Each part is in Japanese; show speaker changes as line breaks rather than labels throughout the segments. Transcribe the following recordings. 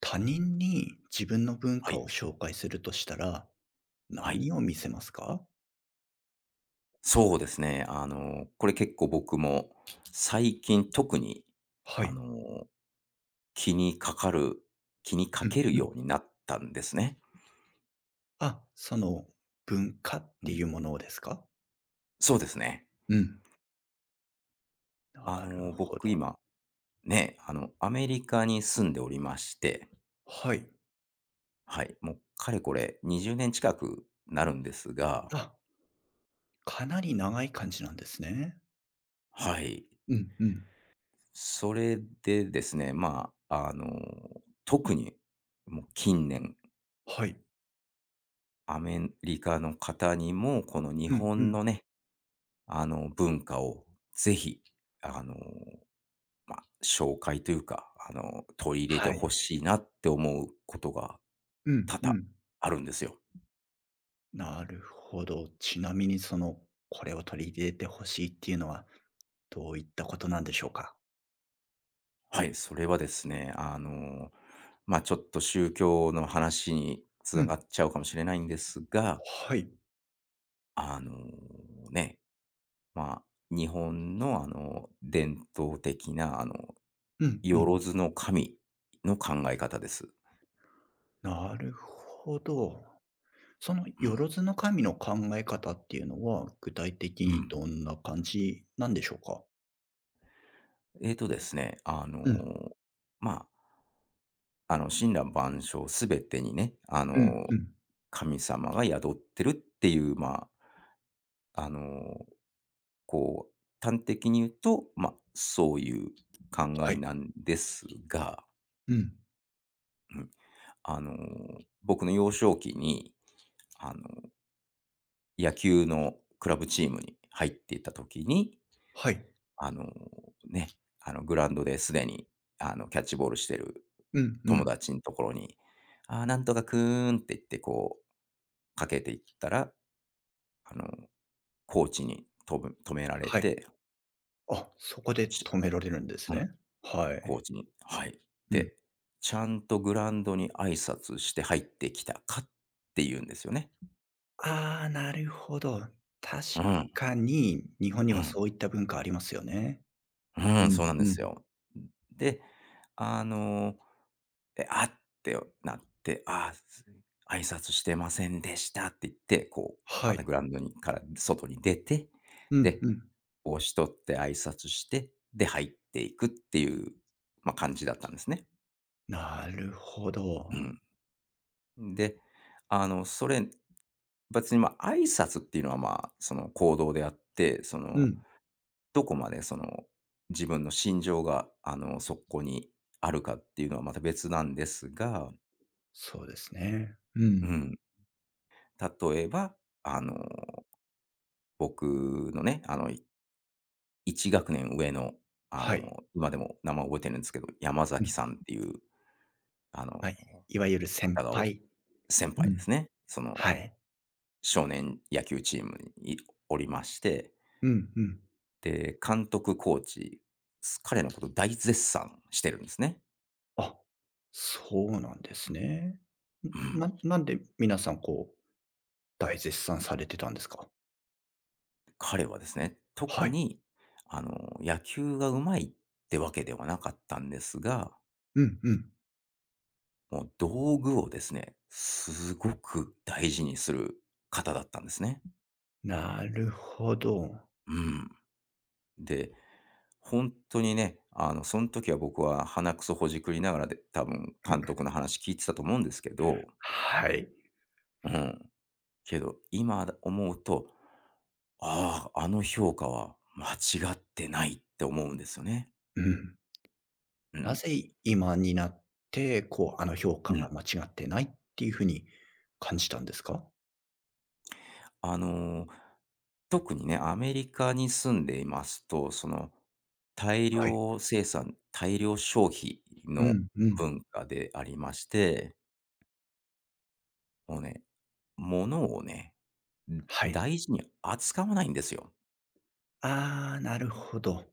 他人に自分の文
は
化
い。
を紹介するとしたら、
はい。
何を見せますか？
そうですね。これ結構僕も最近特に、
は
あ
い。
の、気にかかる気にか
うん
ける
うん。
ようになったんですね。
あ、その文化っ
う
て
ん。
いうものをですか？
そうですね。
うん。なるほ
僕
ど。
今、ね、アメリカに住んでおりまして、
はい。
はい、もうかれこれ20年近くなるんですが、
あ、かなり長い感じなんですね。
はい。
うんうん。
それでですね、特にもう近年
はい。
アメリカの方にも、この日
うんう
本
ん。
のね、文化をぜひ、あの、紹介というか、取り入れて
はい。
ほしいなって思うことが
うん
多
う
々
ん。
あるんですよ。
なるほど。ちなみにその、これを取り入れてほしいっていうのは、どういったことなんでしょうか？
はい、それはですね、ちょっと宗教の話に
う
繋が
ん。
っちゃうかもしれないんですが、
はい。
あの、ね、まあ、日本の、伝統的な、
うんう
よ
ん。
ろずの神の考え方です。
なるほど。その
う
よ
ん。
ろずの神の考え方っていうのは、具体的
う
に
ん。
どんな感じなんでしょうか？
ですね、
うん、
ま森羅万象すべてにね、
うん、うん。
神様が宿ってるっていう、あ、あの、端的に言うと、そういう考
は
え
い。
なんですが、
うん。
うん、あの、僕の幼少期に、あの、野球のクラブチームに入っていた時に
はい。
あの、ね、グラウンドですでに、キャッチボールしてる
うん、う
友
ん。
達のところに、「ああ、なんとかくーん」って言って、かけていったら、あの、コーチに止められ
はい。
て、
あ、そこで
し
止められるんです
うん、
ね。は
コー
い。
チに、はい。
うん。
で、ちゃんとグラウンドに挨拶して入ってきたかって言うんですよね。
ああ、なるほど。確
うん、
かに、日本
う
には
ん、
そういった文化ありますよね。
う
う
ん、そう
ん、
なんで
う
す
ん。
よ。で、あので、あってなって、ああ、挨拶してませんでしたって言って、
は
また
い。
グラウンドから外に出て、
うん、
で、
うん。
帽子取って挨拶して、で、入っていくっていう、感じだったんですね。
なるほど。
うん。で、それ、別に、挨拶っていうのは、その行動であって、そ
う
の、
ん。
どこまでその、自分の心情が、そこにあるかっていうのはまた別なんですが、
そうですね。う
う
ん。
ん、例えば、あの僕のね、1学年上の、
はい。
今でも名前覚えてるんですけど、山
う
崎
ん。
さんっていう、あの、
まあ、いわゆる
方
先
が
輩。
先
う
輩で
ん。
すね。その、
はい。
少年野球チームにおりまして、
うんうん。
で、監督、コーチ、彼のこと大絶賛してるんですね。
あ、そうなんですね。
うん。
なんで皆さん、こう、大絶賛されてたんですか？
彼はですね、
は
特
い。
に、野球が上手いってわけではなかったんですが、
うんうん。
もう道具をですね、すごく大事にする方だったんですね。
なるほど。
うん。で、本当にね、その時は僕は鼻くそほじくりながらで、多分監督の話聞いてたと思うんですけど、
はい。
うん。けど、今思うと、ああ、あの評価は間違ってないって思うんですよね。
うん。
う
な
ん。
ぜ今になって、こう、あの評価
う
が
ん。
間違ってないっていう風に感じたんですか？
あの、特にね、アメリカに住んでいますと、その、大
はい。
量生産、大量消費
う
の
んうん。
文化でありまして、もうね、物をね、
はい。
大事に扱わないんですよ。
ああ、なるほど。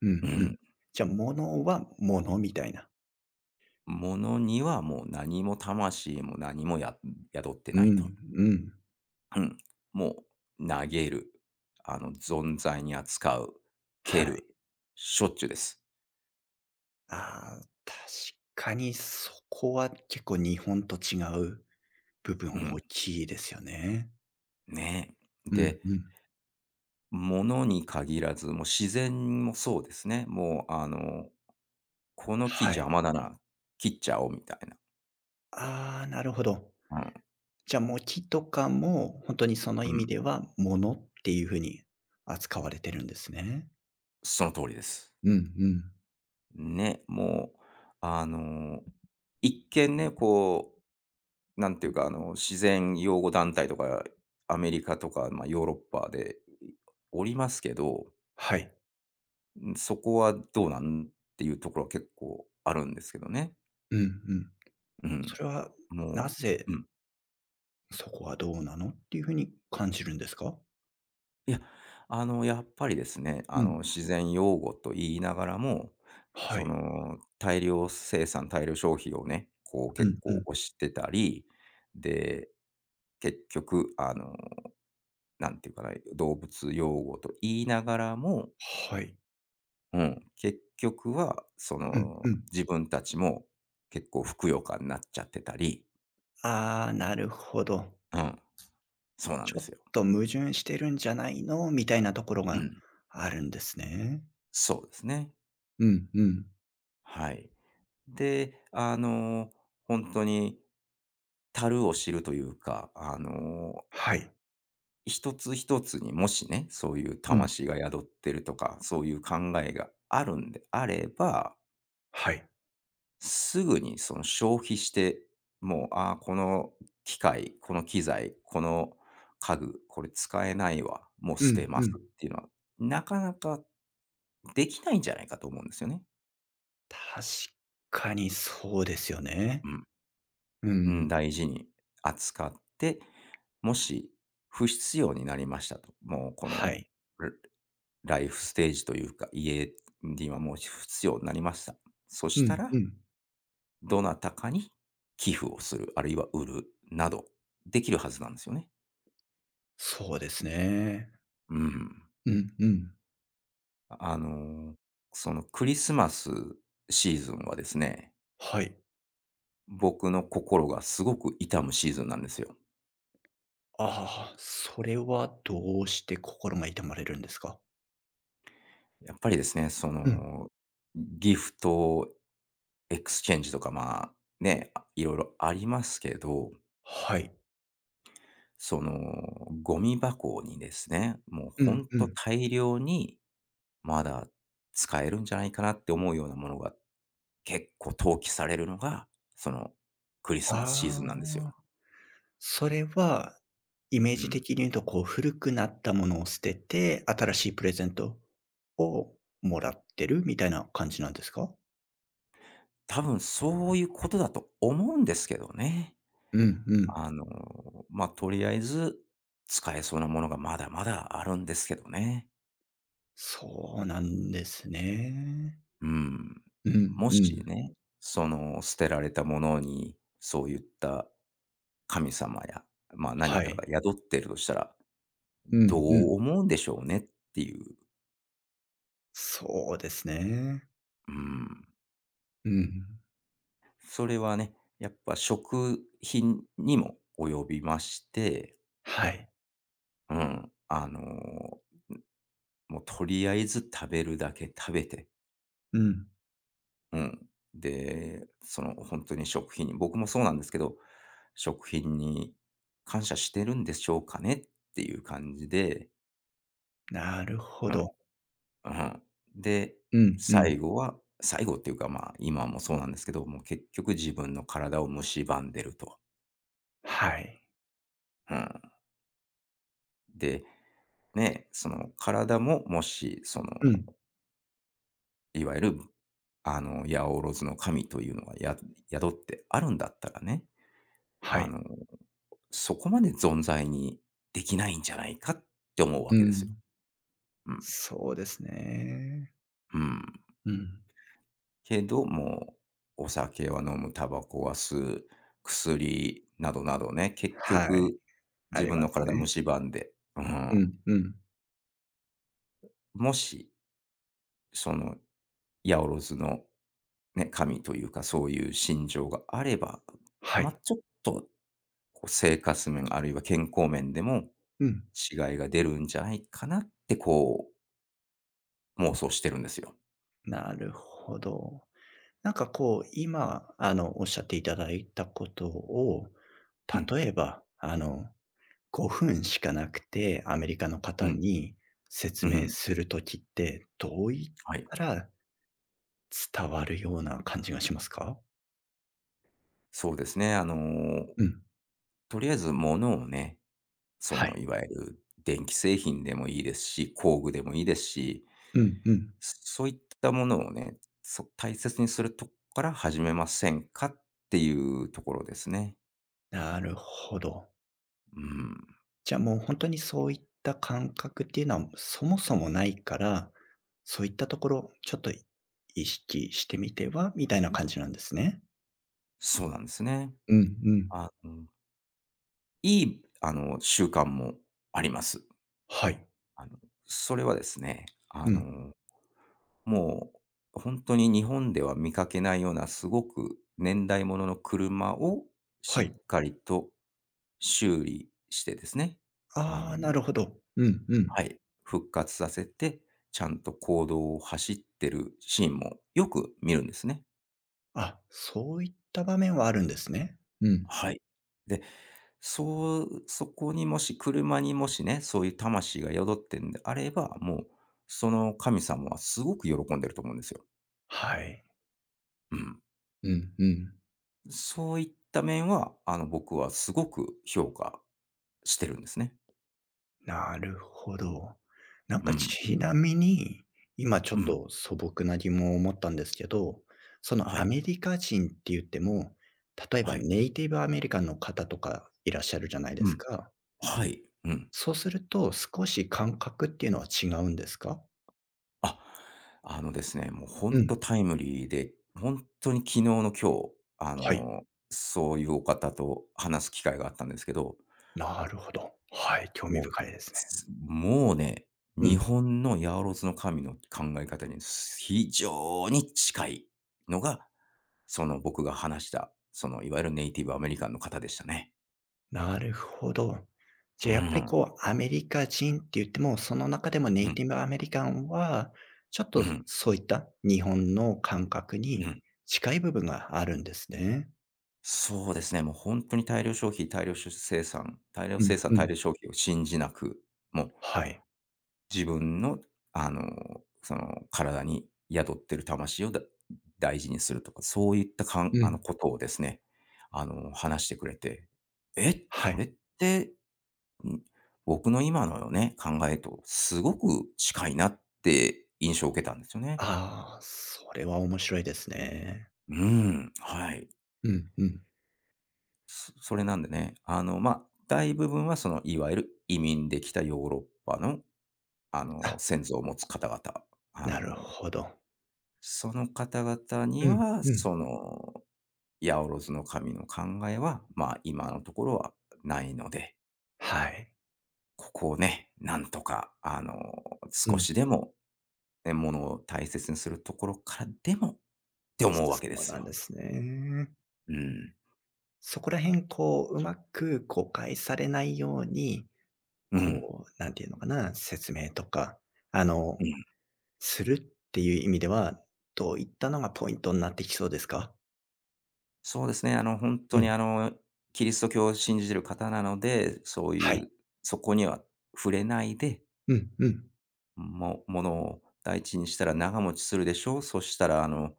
う
う
んうん。
ん。
じゃあ、物は物みたいな。
物にはもう何も、魂も何も宿って
う
ないと。
んうん。
うん。もう投げる、存在に扱う、蹴
はい。
る、しょっちゅうです。
ああ、確かにそこは結構日本と違う部分
う
大
ん、
きいですよね。
ね。
うん
で、
うん。
ものに限らず、もう自然もそうですね。もうこの木
は
邪
い。
魔だな、切っちゃおうみたいな。
ああ、なるほど。
うん、
じゃあ、もう木とかも本当にその
う
意味
ん、
では、ものっていう風に扱われてるんですね。
その通りです。
うんうん。
ね、もう、あの、一見ね、なんていうか、自然擁護団体とか、アメリカとか、ヨーロッパでおりますけど、
はい。
そこはどうなんっていうところは結構あるんですけどね。
うんうん。
うん、
それは
も
な
う、
ぜ、
うん。
そこはどうなのっていう風に感じるんですか？
いや、やっぱりですね、
うん。
自然擁護と言いながらも、
は
そ
い。
の、大量生産、大量消費をね、こう
う
結
んう
構
ん。
推してたり、で、結局、なんていうかな、動物養護と言いながらも、
はい。
うん、結局は、そ
うん
の、
うん。
自分たちも結構ふくよかになっちゃってたり、
ああ、なるほど。
うん、そうなん
ち
で
ょ
す
っ
よ。
と矛盾してるんじゃないの、みたいなところ
う
が
ん、
あるんですね。
そうですね。
うんうん。
はい。で、本当に樽を知るというか、
はい。
一つ一つにもしね、そういう
うん。
魂が宿ってるとか、そういう考えがあるんであれば、
はい。
すぐにその消費して、もう、ああ、この機械、この機材、この家具、これ使えないわ、もう
う
捨て
ん
ま
う
す
ん。
っていうのは、なかなかできないんじゃないかと思うんですよね。
確かにそうですよ
う
ね。
ん。
う
うん、
ん。
大事に扱って、もし不必要になりましたと、もうこ
は
の
い。
ライフステージというか、家にはもう不必要になりました。そ
う
した
ん
ら、
うん。
どなたかに寄付をする、あるいは売るなど、できるはずなんですよね。
そうですね。
うん。
うんうん。
あのー、そのクリスマスシーズンはですね、
はい。
僕の心がすごく痛むシーズンなんですよ。
ああ、それはどうして心が痛まれるんですか？
やっぱりですね、そ
うん。
の、ギフトエクスチェンジとか、ね、いろいろありますけど、
はい。
その、ゴミ箱にですね、もう
う
ほ
ん
ん
う
と
ん。
大量に、まだ使えるんじゃないかなって思うようなものが、結構投棄されるのが、その、クリスマスシーズンなん
あ
です
あ。
よ。
それは、イメー
う
ジ
ん。
的に言うと、こう、古くなったものを捨てて、新しいプレゼントをもらってるみたいな感じなんですか？
多分そういうことだと思うんですけどね。
うんうん。
あの、とりあえず、使えそうなものがまだまだあるんですけどね。
そうなんですね。
うん。
うん
も
う
し
ん。
ね、その捨てられたものに、そういった神様や、何
は
かが
い。
宿ってるとしたら、
う
ど
んうん。
う思うんでしょうねっていう。
そうですね。
うん。
うん。
それはね、やっぱ食品にも及びまして、
はい。
うん、もうとりあえず食べるだけ食べて、
うん。
うん。で、その本当に食品に、僕もそうなんですけど、食品に感謝してるんでしょうかねっていう感じで、
なるほ
うん、
ど。
うん。で、
うんうん。
最後は最後っていうか、今もそうなんですけど、もう結局自分の体を蝕んでると。
はい。
うん。で、ね、その体ももし、その、
うん。
いわゆる、八百万の神というのが宿ってあるんだったらね、
は
あ
い。
のそこまで存在にできないんじゃないかって思うわ
う
けですよ。
ん。
うん。
そうですね。
うん。
うん。
けど、もう、お酒は飲む、タバコは吸う、薬などなどね、結
はい、
局、
あ
自
り
分
ま
の
すね。
体蝕んで、う
う
ん。
んうん。
もし、その、八百万の、ね、神というか、そういう心情があれば、
はい。
ちょっと、生活面、あるいは健康面でも
うん、
違いが出るんじゃないかなって、妄想してるんですよ。
なるほど。なんかこう、今、おっしゃっていただいたことを、
うん。
例えば、5分しかなくて、アメリカの
う
方
ん。
に説
うんう
明
ん。
するときって、どう言っ
はい。
たら伝わるような感じがしますか？
そうですね。
うん、
とりあえず物をね、そ
はい。
の、いわゆる電気製品でもいいですし、工具でもいいですし、
うんうん。
そういったものをね、大切にするとこから始めませんかっていうところですね。
なるほど。
うん。
じゃあもう本当にそういった感覚っていうのは、そもそもないから、そういったところ、ちょっと意識してみてはみたいな感じなんですね？
そうなんですね。
うんうん。
あの、いい、習慣もあります。
はい。
あの、それはですね、
うん。
もう、本当に日本では見かけないようなすごく年代物の車を
は
し
い。
っかりと修理してですね、あ
あ
の
あ、なるほど。うんうん。
はい、復活させて、ちゃんと公道を走ってるシーンもよく見るんですね。
あ、そういった場面はあるんですね。うん。
はい。で、そうそこにもしね、そういう魂が宿ってんであれば、もう、その神様はすごく喜んでると思うんですよ。
はい。
うん。
うんうん。
そういった面は、僕はすごく評価してるんですね。
なるほど。なん
う
か
ん。
ちなみに、今ちょ
う
っ
ん。
と素朴な疑問を持ったんですけど、そ
は
のア
い。
メリカ人って言っても、例えば
はい。
ネイティブアメリカンの方とかいらっしゃるじゃないで
う
す
ん。
か。
はい。うん。
そうすると、少し感覚っていうのは違うんですか？
あ、ですね、もうほ
う
んと
ん。
タイムリーで、本当に昨日の今日、あ
はい。
の、そういうお方と話す機会があったんですけど、
なるほど。はい、興味
もう、
深いですね。
もうね、
う
日
ん、
本のヤオロズの神の考え方に非常に近いのが、その僕が話した、そのいわゆるネイティブアメリカンの方でしたね。
なるほど。
う
じゃあやっぱり
ん。
こう、アメリカ人って言っても、その中でもネ
う
イ
ん。
ティブアメリカンは、ちょっ
う
と
ん。
そういった日本の感覚
う
に
ん。
近い部分があるんですね。
そうですね、もう本当に大量消費、大量生産、大量
う
生
ん
産、
う
大
ん。
量消費を信じなく、もう
はい。
自分の、その体に宿ってる魂を大事にするとか、そういったかん
う
あの、
ん。
ことをですね、話してくれて、
は
それ
い。
って、ん、僕の今のね、考えとすごく近いなって印象を受けたんですよね。
ああ、それは面白いですね。
うーん、はい。
うんうん。
それなんでね、大部分はそのいわゆる移民できたヨーロッパの、
あ、
先祖を持つ方々、あ
な
の、
るほど。
その方々に
うん
は、
うん。
その、ヤオロズの神の考えは、今のところはないので、
はい。
ここをね、なんとか、
う
少
ん。
しでも、ものを大切にするところからでもって
そ
思うわけで
う
す
なん
よ。
ですね。
うん。
そこら辺、こう、うまく誤解されないように、
うん。
こう、なんていうのかな、説明とか、あ
う
の、
ん。
するっていう意味では、どういったのがポイントになってきそうですか？
そうですね。本
う
当に、
ん、
キリスト教を信じる方なので、そう
は
い
い。
う、そこには触れないで、
うんうん。
ものを大事にしたら長持ちするでしょう。そしたら、あの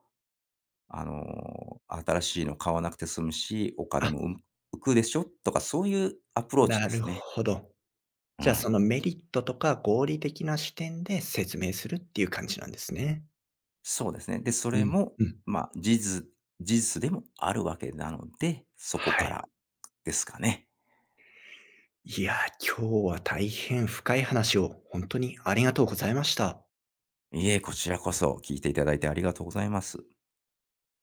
あの、新しいの買わなくて済むし、お金
あ、
も、浮くでしょとか、そういうアプローチ
な
で
る
すね。
ほど。
う
じゃあ、そ
ん。
のメリットとか合理的な視点で説明するっていう感じなんですね。
そうですね。で、そ
う
れ
ん
も、
うん。
まあ、事実事実でもあるわけなので、そこ
は
か
い。
らですかね。
いや、今日は大変深い話を本当にありがとうございました。
いえ、こちらこそ聞いていただいてありがとうございます。